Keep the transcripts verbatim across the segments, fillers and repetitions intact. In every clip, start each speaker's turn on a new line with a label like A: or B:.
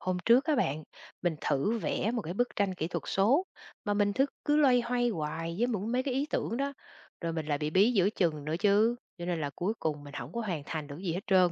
A: Hôm trước các bạn, mình thử vẽ một cái bức tranh kỹ thuật số mà mình thức cứ loay hoay hoài với những mấy cái ý tưởng đó, rồi mình lại bị bí giữa chừng nữa chứ. Cho nên là cuối cùng mình không có hoàn thành được gì hết trơn.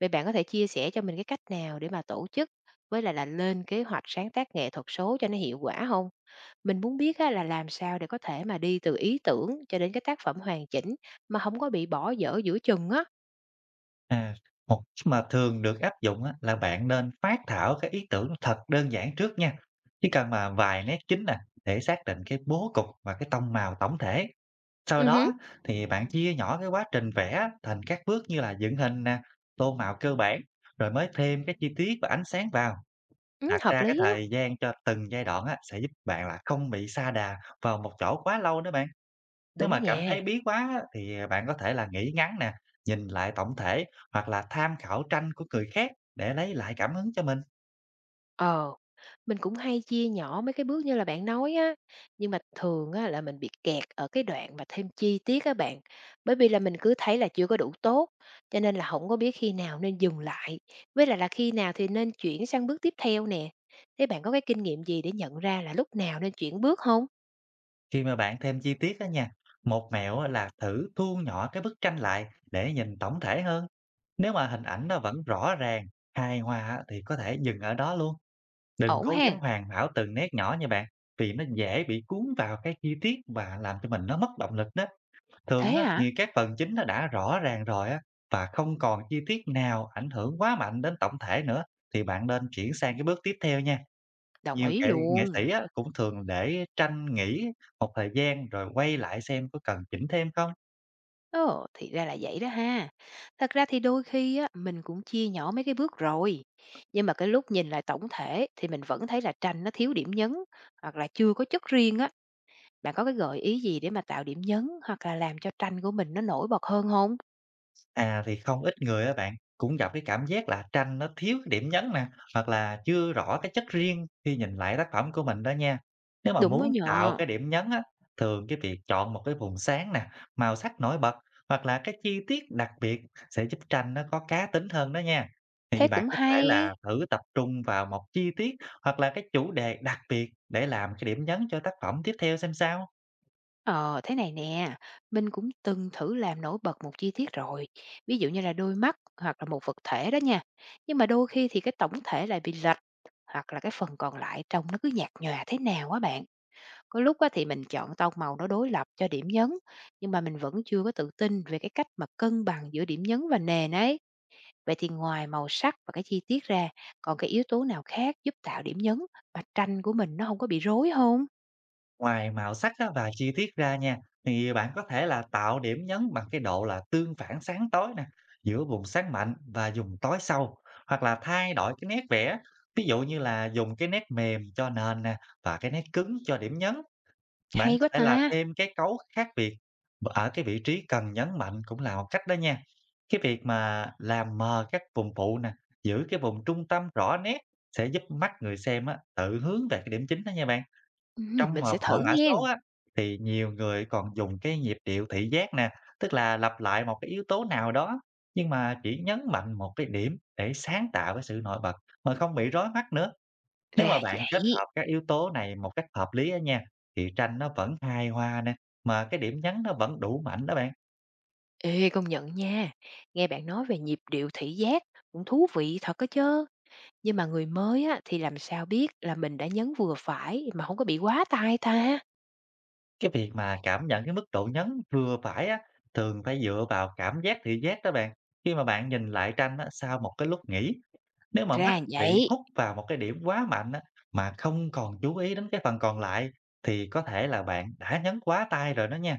A: Vậy bạn có thể chia sẻ cho mình cái cách nào để mà tổ chức với lại là lên kế hoạch sáng tác nghệ thuật số cho nó hiệu quả không? Mình muốn biết á, là làm sao để có thể mà đi từ ý tưởng cho đến cái tác phẩm hoàn chỉnh mà không có bị bỏ dở giữa chừng á.
B: À, một cách mà thường được áp dụng á, là bạn nên phát thảo cái ý tưởng thật đơn giản trước nha. Chỉ cần mà vài nét chính nè để xác định cái bố cục và cái tông màu tổng thể. Sau
A: Ừ,
B: đó
A: hứ,
B: thì bạn chia nhỏ cái quá trình vẽ thành các bước như là dựng hình nè, tô màu cơ bản, rồi mới thêm cái chi tiết và ánh sáng vào.
A: ừ,
B: Đặt
A: hợp
B: ra cái
A: lý á.
B: thời gian cho từng giai đoạn á, sẽ giúp bạn là không bị sa đà vào một chỗ quá lâu đó bạn. Nếu
A: Đúng
B: mà cảm
A: nha.
B: thấy bí quá á, thì, à, bạn có thể là nghĩ ngắn nè, nhìn lại tổng thể hoặc là tham khảo tranh của người khác để lấy lại cảm hứng cho mình.
A: Ờ, mình cũng hay chia nhỏ mấy cái bước như là bạn nói á, nhưng mà thường á là mình bị kẹt ở cái đoạn mà thêm chi tiết á bạn, bởi vì là mình cứ thấy là chưa có đủ tốt, cho nên là không có biết khi nào nên dừng lại, với lại là khi nào thì nên chuyển sang bước tiếp theo nè. Thế bạn có cái kinh nghiệm gì để nhận ra là lúc nào nên chuyển bước không?
B: Khi mà bạn thêm chi tiết á nha, một mẹo á là thử thu nhỏ cái bức tranh lại để nhìn tổng thể hơn. Nếu mà hình ảnh nó vẫn rõ ràng, hài hòa á thì có thể dừng ở đó luôn. Đừng
A: Ổn
B: cố
A: hén?
B: gắng hoàn hảo từng nét nhỏ nha bạn, vì nó dễ bị cuốn vào cái chi tiết và làm cho mình nó mất động lực đó.
A: Thế
B: Thường á,
A: hả?
B: thì các phần chính nó đã rõ ràng rồi á, và không còn chi tiết nào ảnh hưởng quá mạnh đến tổng thể nữa, thì bạn nên chuyển sang cái bước tiếp theo nha.
A: Đồng
B: Nhiều
A: ý
B: nghệ nghệ
A: luôn.
B: sĩ á, cũng thường để tranh nghỉ một thời gian rồi quay lại xem có cần chỉnh thêm không.
A: Ồ, thì ra là vậy đó ha. Thật ra thì đôi khi á, mình cũng chia nhỏ mấy cái bước rồi. Nhưng mà cái lúc nhìn lại tổng thể thì mình vẫn thấy là tranh nó thiếu điểm nhấn hoặc là chưa có chất riêng á. Bạn có cái gợi ý gì để mà tạo điểm nhấn hoặc là làm cho tranh của mình nó nổi bật hơn không?
B: À, thì không ít người á bạn, cũng gặp cái cảm giác là tranh nó thiếu cái điểm nhấn nè, hoặc là chưa rõ cái chất riêng khi nhìn lại tác phẩm của mình đó nha. Nếu mà
A: Đúng đó
B: muốn tạo
A: nhờ.
B: cái điểm nhấn á, thường cái việc chọn một cái vùng sáng nè, màu sắc nổi bật hoặc là cái chi tiết đặc biệt sẽ giúp tranh nó có cá tính hơn đó nha. Thì
A: Thế
B: bạn
A: cũng
B: có thể
A: hay.
B: là thử tập trung vào một chi tiết hoặc là cái chủ đề đặc biệt để làm cái điểm nhấn cho tác phẩm tiếp theo xem sao.
A: Ờ, thế này nè, mình cũng từng thử làm nổi bật một chi tiết rồi, ví dụ như là đôi mắt hoặc là một vật thể đó nha. Nhưng mà đôi khi thì cái tổng thể lại bị lệch, hoặc là cái phần còn lại trông nó cứ nhạt nhòa thế nào quá bạn. Có lúc á thì mình chọn tông màu nó đối lập cho điểm nhấn, nhưng mà mình vẫn chưa có tự tin về cái cách mà cân bằng giữa điểm nhấn và nền ấy. Vậy thì ngoài màu sắc và cái chi tiết ra, còn cái yếu tố nào khác giúp tạo điểm nhấn mà tranh của mình nó không có bị rối không?
B: Ngoài màu sắc á và chi tiết ra nha, thì bạn có thể là tạo điểm nhấn bằng cái độ là tương phản sáng tối nè, giữa vùng sáng mạnh và vùng tối sâu, hoặc là thay đổi cái nét vẽ, ví dụ như là dùng cái nét mềm cho nền nè và cái nét cứng cho điểm nhấn. Bạn
A: Hay
B: có
A: quá
B: thể là
A: ta.
B: thêm cái cấu khác biệt ở cái vị trí cần nhấn mạnh cũng là một cách đó nha. Cái việc mà làm mờ các vùng phụ nè, giữ cái vùng trung tâm rõ nét sẽ giúp mắt người xem á, tự hướng về cái điểm chính đó nha bạn.
A: Ừ,
B: Trong
A: mình
B: một
A: sẽ thử
B: hội mã
A: nghe.
B: số á, thì nhiều người còn dùng cái nhịp điệu thị giác nè, tức là lặp lại một cái yếu tố nào đó, nhưng mà chỉ nhấn mạnh một cái điểm để sáng tạo cái sự nổi bật mà không bị rối mắt nữa. Nếu mà
A: Ra
B: bạn kết
A: vậy.
B: hợp các yếu tố này một cách hợp lý á nha, thì tranh nó vẫn hài hòa nè, mà cái điểm nhấn nó vẫn đủ mạnh đó bạn.
A: Ê, công nhận nha. Nghe bạn nói về nhịp điệu thị giác cũng thú vị thật á chớ. Nhưng mà người mới á, thì làm sao biết là mình đã nhấn vừa phải mà không có bị quá tai ta?
B: Cái việc mà cảm nhận cái mức độ nhấn vừa phải á, thường phải dựa vào cảm giác thị giác đó bạn. Khi mà bạn nhìn lại tranh á, sau một cái lúc nghỉ, nếu mà mắt
A: Ra
B: bị
A: vậy.
B: hút vào một cái điểm quá mạnh á, mà không còn chú ý đến cái phần còn lại thì có thể là bạn đã nhấn quá tay rồi đó nha.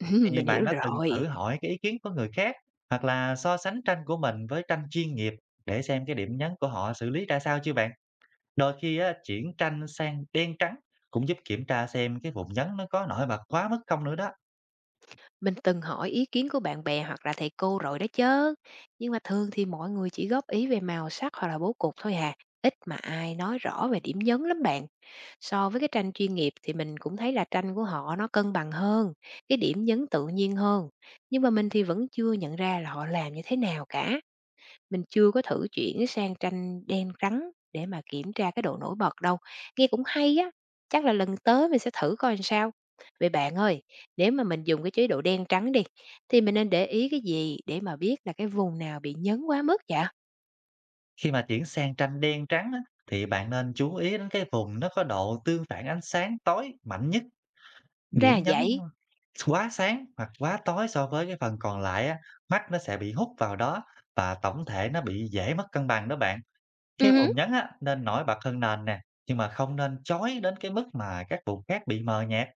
A: Ừ,
B: Thì
A: mình
B: bạn
A: hiểu
B: đã từng
A: rồi.
B: thử hỏi cái ý kiến của người khác hoặc là so sánh tranh của mình với tranh chuyên nghiệp để xem cái điểm nhấn của họ xử lý ra sao chưa bạn? Đôi khi á, chuyển tranh sang đen trắng cũng giúp kiểm tra xem cái vùng nhấn nó có nổi bật quá mức không nữa đó.
A: Mình từng hỏi ý kiến của bạn bè hoặc là thầy cô rồi đó chớ. Nhưng mà thường thì mọi người chỉ góp ý về màu sắc hoặc là bố cục thôi hà. Ít mà ai nói rõ về điểm nhấn lắm bạn. So với cái tranh chuyên nghiệp thì mình cũng thấy là tranh của họ nó cân bằng hơn, cái điểm nhấn tự nhiên hơn. Nhưng mà mình thì vẫn chưa nhận ra là họ làm như thế nào cả. Mình chưa có thử chuyển sang tranh đen trắng để mà kiểm tra cái độ nổi bật đâu. Nghe cũng hay á, chắc là lần tới mình sẽ thử coi làm sao. Vậy bạn ơi, nếu mà mình dùng cái chế độ đen trắng đi, thì mình nên để ý cái gì để mà biết là cái vùng nào bị nhấn quá mức vậy?
B: Khi mà chuyển sang tranh đen trắng á, thì bạn nên chú ý đến cái vùng nó có độ tương phản ánh sáng tối mạnh nhất,
A: Ra
B: điểm
A: là
B: nhấn
A: vậy.
B: quá sáng hoặc quá tối so với cái phần còn lại á, mắt nó sẽ bị hút vào đó và tổng thể nó bị dễ mất cân bằng đó bạn. Cái
A: Ừ, hứ,
B: vùng nhấn á, nên nổi bật hơn nền nè, nhưng mà không nên chói đến cái mức mà các vùng khác bị mờ nhạt.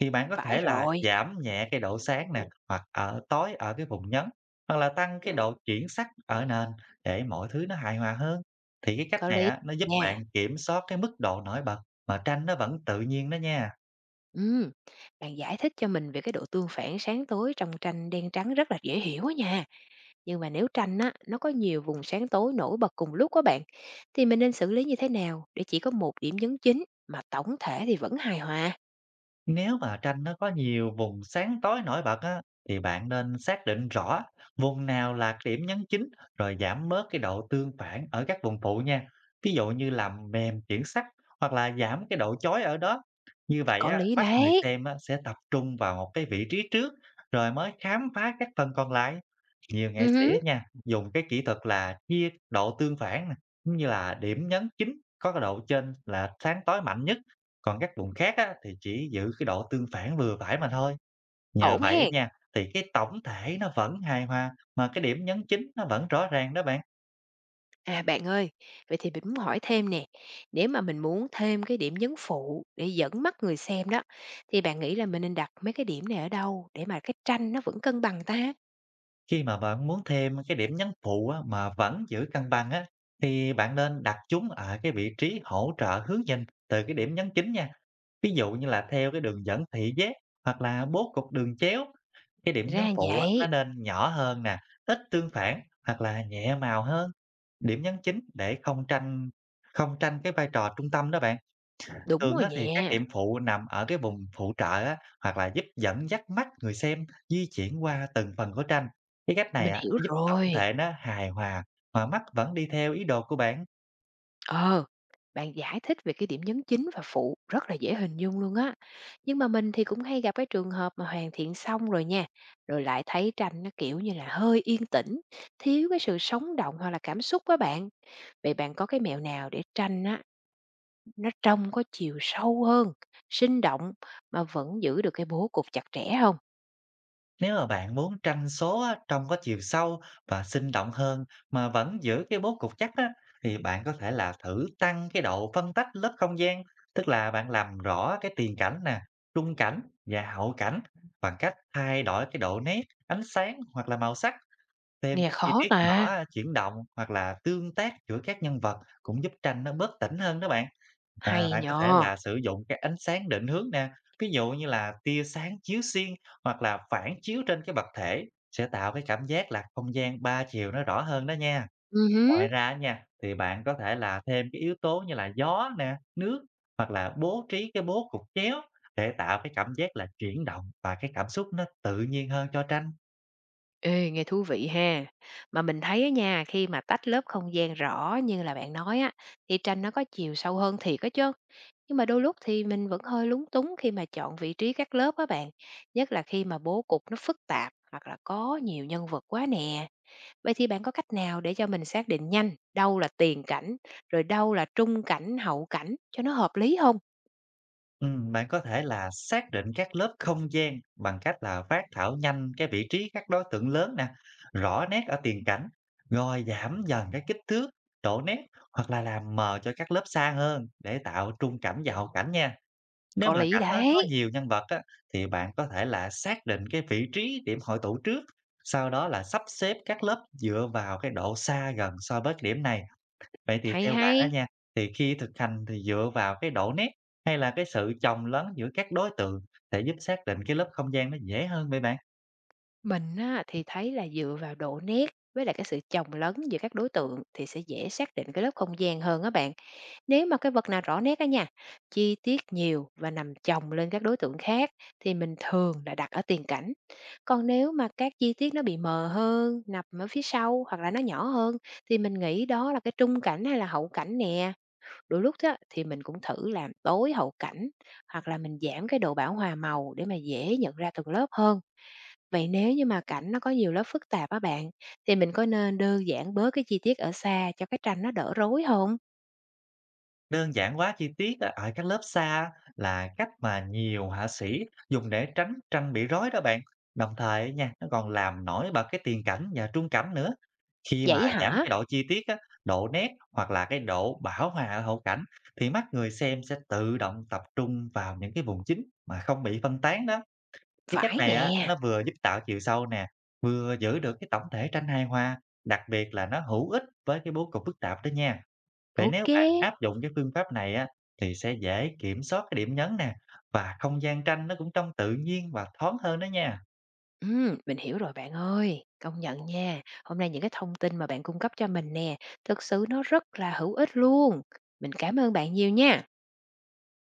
B: Thì bạn có
A: phải
B: thể là
A: rồi,
B: giảm nhẹ cái độ sáng nè, hoặc ở tối ở cái vùng nhấn, hoặc là tăng cái độ chuyển sắc ở nền để mọi thứ nó hài hòa hơn. Thì cái cách
A: có
B: này
A: lý
B: á, nó giúp
A: nha.
B: bạn kiểm soát cái mức độ nổi bật mà tranh nó vẫn tự nhiên đó nha.
A: Ừm, Bạn giải thích cho mình về cái độ tương phản sáng tối trong tranh đen trắng rất là dễ hiểu á nha. Nhưng mà nếu tranh á, nó có nhiều vùng sáng tối nổi bật cùng lúc á bạn, thì mình nên xử lý như thế nào để chỉ có một điểm nhấn chính mà tổng thể thì vẫn hài hòa?
B: Nếu mà tranh nó có nhiều vùng sáng tối nổi bật á, thì bạn nên xác định rõ vùng nào là cái điểm nhấn chính rồi giảm bớt cái độ tương phản ở các vùng phụ nha. Ví dụ như làm mềm chuyển sắc hoặc là giảm cái độ chói ở đó. Như vậy
A: Có
B: á,
A: lý
B: mắt người
A: đấy.
B: xem á, sẽ tập trung vào một cái vị trí trước rồi mới khám phá các phần còn lại. Nhiều nghệ
A: Ừ,
B: sĩ
A: hứ,
B: á nha, dùng cái kỹ thuật là chia độ tương phản nè, cũng như là điểm nhấn chính có cái độ trên là sáng tối mạnh nhất, còn các vùng khác á, thì chỉ giữ cái độ tương phản vừa phải mà thôi. Nhờ
A: ổn
B: vậy á
A: hèn.
B: nha, thì cái tổng thể nó vẫn hài hòa, mà cái điểm nhấn chính nó vẫn rõ ràng đó bạn.
A: À bạn ơi, vậy thì mình muốn hỏi thêm nè, nếu mà mình muốn thêm cái điểm nhấn phụ để dẫn mắt người xem đó, thì bạn nghĩ là mình nên đặt mấy cái điểm này ở đâu để mà cái tranh nó vẫn cân bằng ta?
B: Khi mà bạn muốn thêm cái điểm nhấn phụ á, mà vẫn giữ cân bằng á, thì bạn nên đặt chúng ở cái vị trí hỗ trợ hướng nhìn từ cái điểm nhấn chính nha. Ví dụ như là theo cái đường dẫn thị giác hoặc là bố cục đường chéo, cái điểm nhấn
A: Ra
B: phụ á, nó
A: vậy,
B: nên nhỏ hơn nè, ít tương phản hoặc là nhẹ màu hơn. Điểm nhấn chính để không tranh không tranh cái vai trò trung tâm đó bạn.
A: đúng
B: Thường
A: rồi
B: á, thì các
A: nhẹ.
B: điểm phụ nằm ở cái vùng phụ trợ á, hoặc là giúp dẫn dắt mắt người xem di chuyển qua từng phần của tranh. Cái cách này
A: Mình
B: á,
A: hiểu
B: nó giúp
A: rồi.
B: tổng thể nó hài hòa mà mắt vẫn đi theo ý đồ của bạn.
A: Ờ, bạn giải thích về cái điểm nhấn chính và phụ rất là dễ hình dung luôn á. Nhưng mà mình thì cũng hay gặp cái trường hợp mà hoàn thiện xong rồi nha, rồi lại thấy tranh nó kiểu như là hơi yên tĩnh, thiếu cái sự sống động hoặc là cảm xúc á bạn. Vậy bạn có cái mẹo nào để tranh á nó trông có chiều sâu hơn, sinh động mà vẫn giữ được cái bố cục chặt chẽ không?
B: Nếu mà bạn muốn tranh số á, trông có chiều sâu và sinh động hơn mà vẫn giữ cái bố cục chắc á, thì bạn có thể là thử tăng cái độ phân tách lớp không gian, tức là bạn làm rõ cái tiền cảnh nè, trung cảnh và hậu cảnh bằng cách thay đổi cái độ nét, ánh sáng hoặc là màu sắc. Thêm
A: Nghe
B: các chi
A: khó
B: tiết nhỏ
A: ta.
B: à, chuyển động hoặc là tương tác giữa các nhân vật cũng giúp tranh nó bớt tĩnh hơn đó bạn. À,
A: Hay
B: bạn có thể
A: nhờ.
B: là sử dụng cái ánh sáng định hướng nè, ví dụ như là tia sáng chiếu xuyên hoặc là phản chiếu trên cái vật thể sẽ tạo cái cảm giác là không gian ba chiều nó rõ hơn đó nha.
A: Ừ.
B: Ngoài ra nha, thì bạn có thể là thêm cái yếu tố như là gió nè, nước hoặc là bố trí cái bố cục chéo để tạo cái cảm giác là chuyển động và cái cảm xúc nó tự nhiên hơn cho tranh.
A: Ê, nghe thú vị ha. Mà mình thấy á nha, khi mà tách lớp không gian rõ như là bạn nói á, thì tranh nó có chiều sâu hơn thiệt á chứ. Nhưng mà đôi lúc thì mình vẫn hơi lúng túng khi mà chọn vị trí các lớp á bạn. Nhất là khi mà bố cục nó phức tạp hoặc là có nhiều nhân vật quá nè. Vậy thì bạn có cách nào để cho mình xác định nhanh đâu là tiền cảnh, rồi đâu là trung cảnh, hậu cảnh cho nó hợp lý không?
B: Ừm, bạn có thể là xác định các lớp không gian bằng cách là phác thảo nhanh cái vị trí các đối tượng lớn nè, rõ nét ở tiền cảnh, rồi giảm dần cái kích thước, độ nét hoặc là làm mờ cho các lớp xa hơn để tạo trung cảnh và hậu cảnh nha. Nếu
A: Có
B: mà
A: lý
B: cảnh á, có
A: đấy.
B: nhiều nhân vật á, thì bạn có thể là xác định cái vị trí điểm hội tụ trước, sau đó là sắp xếp các lớp dựa vào cái độ xa gần so với cái điểm này. Vậy thì
A: Hay
B: theo bạn á
A: hay.
B: nha, thì khi thực hành thì dựa vào cái độ nét hay là cái sự chồng lấn giữa các đối tượng để giúp xác định cái lớp không gian nó dễ hơn vậy bạn?
A: Mình á, thì thấy là dựa vào độ nét với lại cái sự chồng lấn giữa các đối tượng thì sẽ dễ xác định cái lớp không gian hơn á bạn. Nếu mà cái vật nào rõ nét á nha, chi tiết nhiều và nằm chồng lên các đối tượng khác thì mình thường là đặt ở tiền cảnh. Còn nếu mà các chi tiết nó bị mờ hơn, nằm ở phía sau hoặc là nó nhỏ hơn thì mình nghĩ đó là cái trung cảnh hay là hậu cảnh nè. Đôi lúc á, thì mình cũng thử làm tối hậu cảnh hoặc là mình giảm cái độ bão hòa màu để mà dễ nhận ra từng lớp hơn. Vậy nếu như mà cảnh nó có nhiều lớp phức tạp á bạn, thì mình có nên đơn giản bớt cái chi tiết ở xa cho cái tranh nó đỡ rối không?
B: Đơn giản quá chi tiết á, ở các lớp xa á, là cách mà nhiều họa sĩ dùng để tránh tranh bị rối đó bạn. Đồng thời á nha, nó còn làm nổi bật cái tiền cảnh và trung cảnh nữa. Khi mà
A: Vậy
B: giảm
A: hả?
B: cái độ chi tiết á, độ nét hoặc là cái độ bão hòa ở hậu cảnh thì mắt người xem sẽ tự động tập trung vào những cái vùng chính mà không bị phân tán đó. Cái cách
A: Phải
B: này á,
A: nè,
B: nó vừa giúp tạo chiều sâu nè, vừa giữ được cái tổng thể tranh hài hòa, đặc biệt là nó hữu ích với cái bố cục phức tạp đó nha. Vậy
A: ok
B: nếu
A: kê.
B: bạn áp dụng cái phương pháp này á, thì sẽ dễ kiểm soát cái điểm nhấn nè, và không gian tranh nó cũng trông tự nhiên và thoáng hơn đó nha.
A: Mình hiểu rồi bạn ơi. Công nhận nha, hôm nay những cái thông tin mà bạn cung cấp cho mình nè, thực sự nó rất là hữu ích luôn. Mình cảm ơn bạn nhiều nha.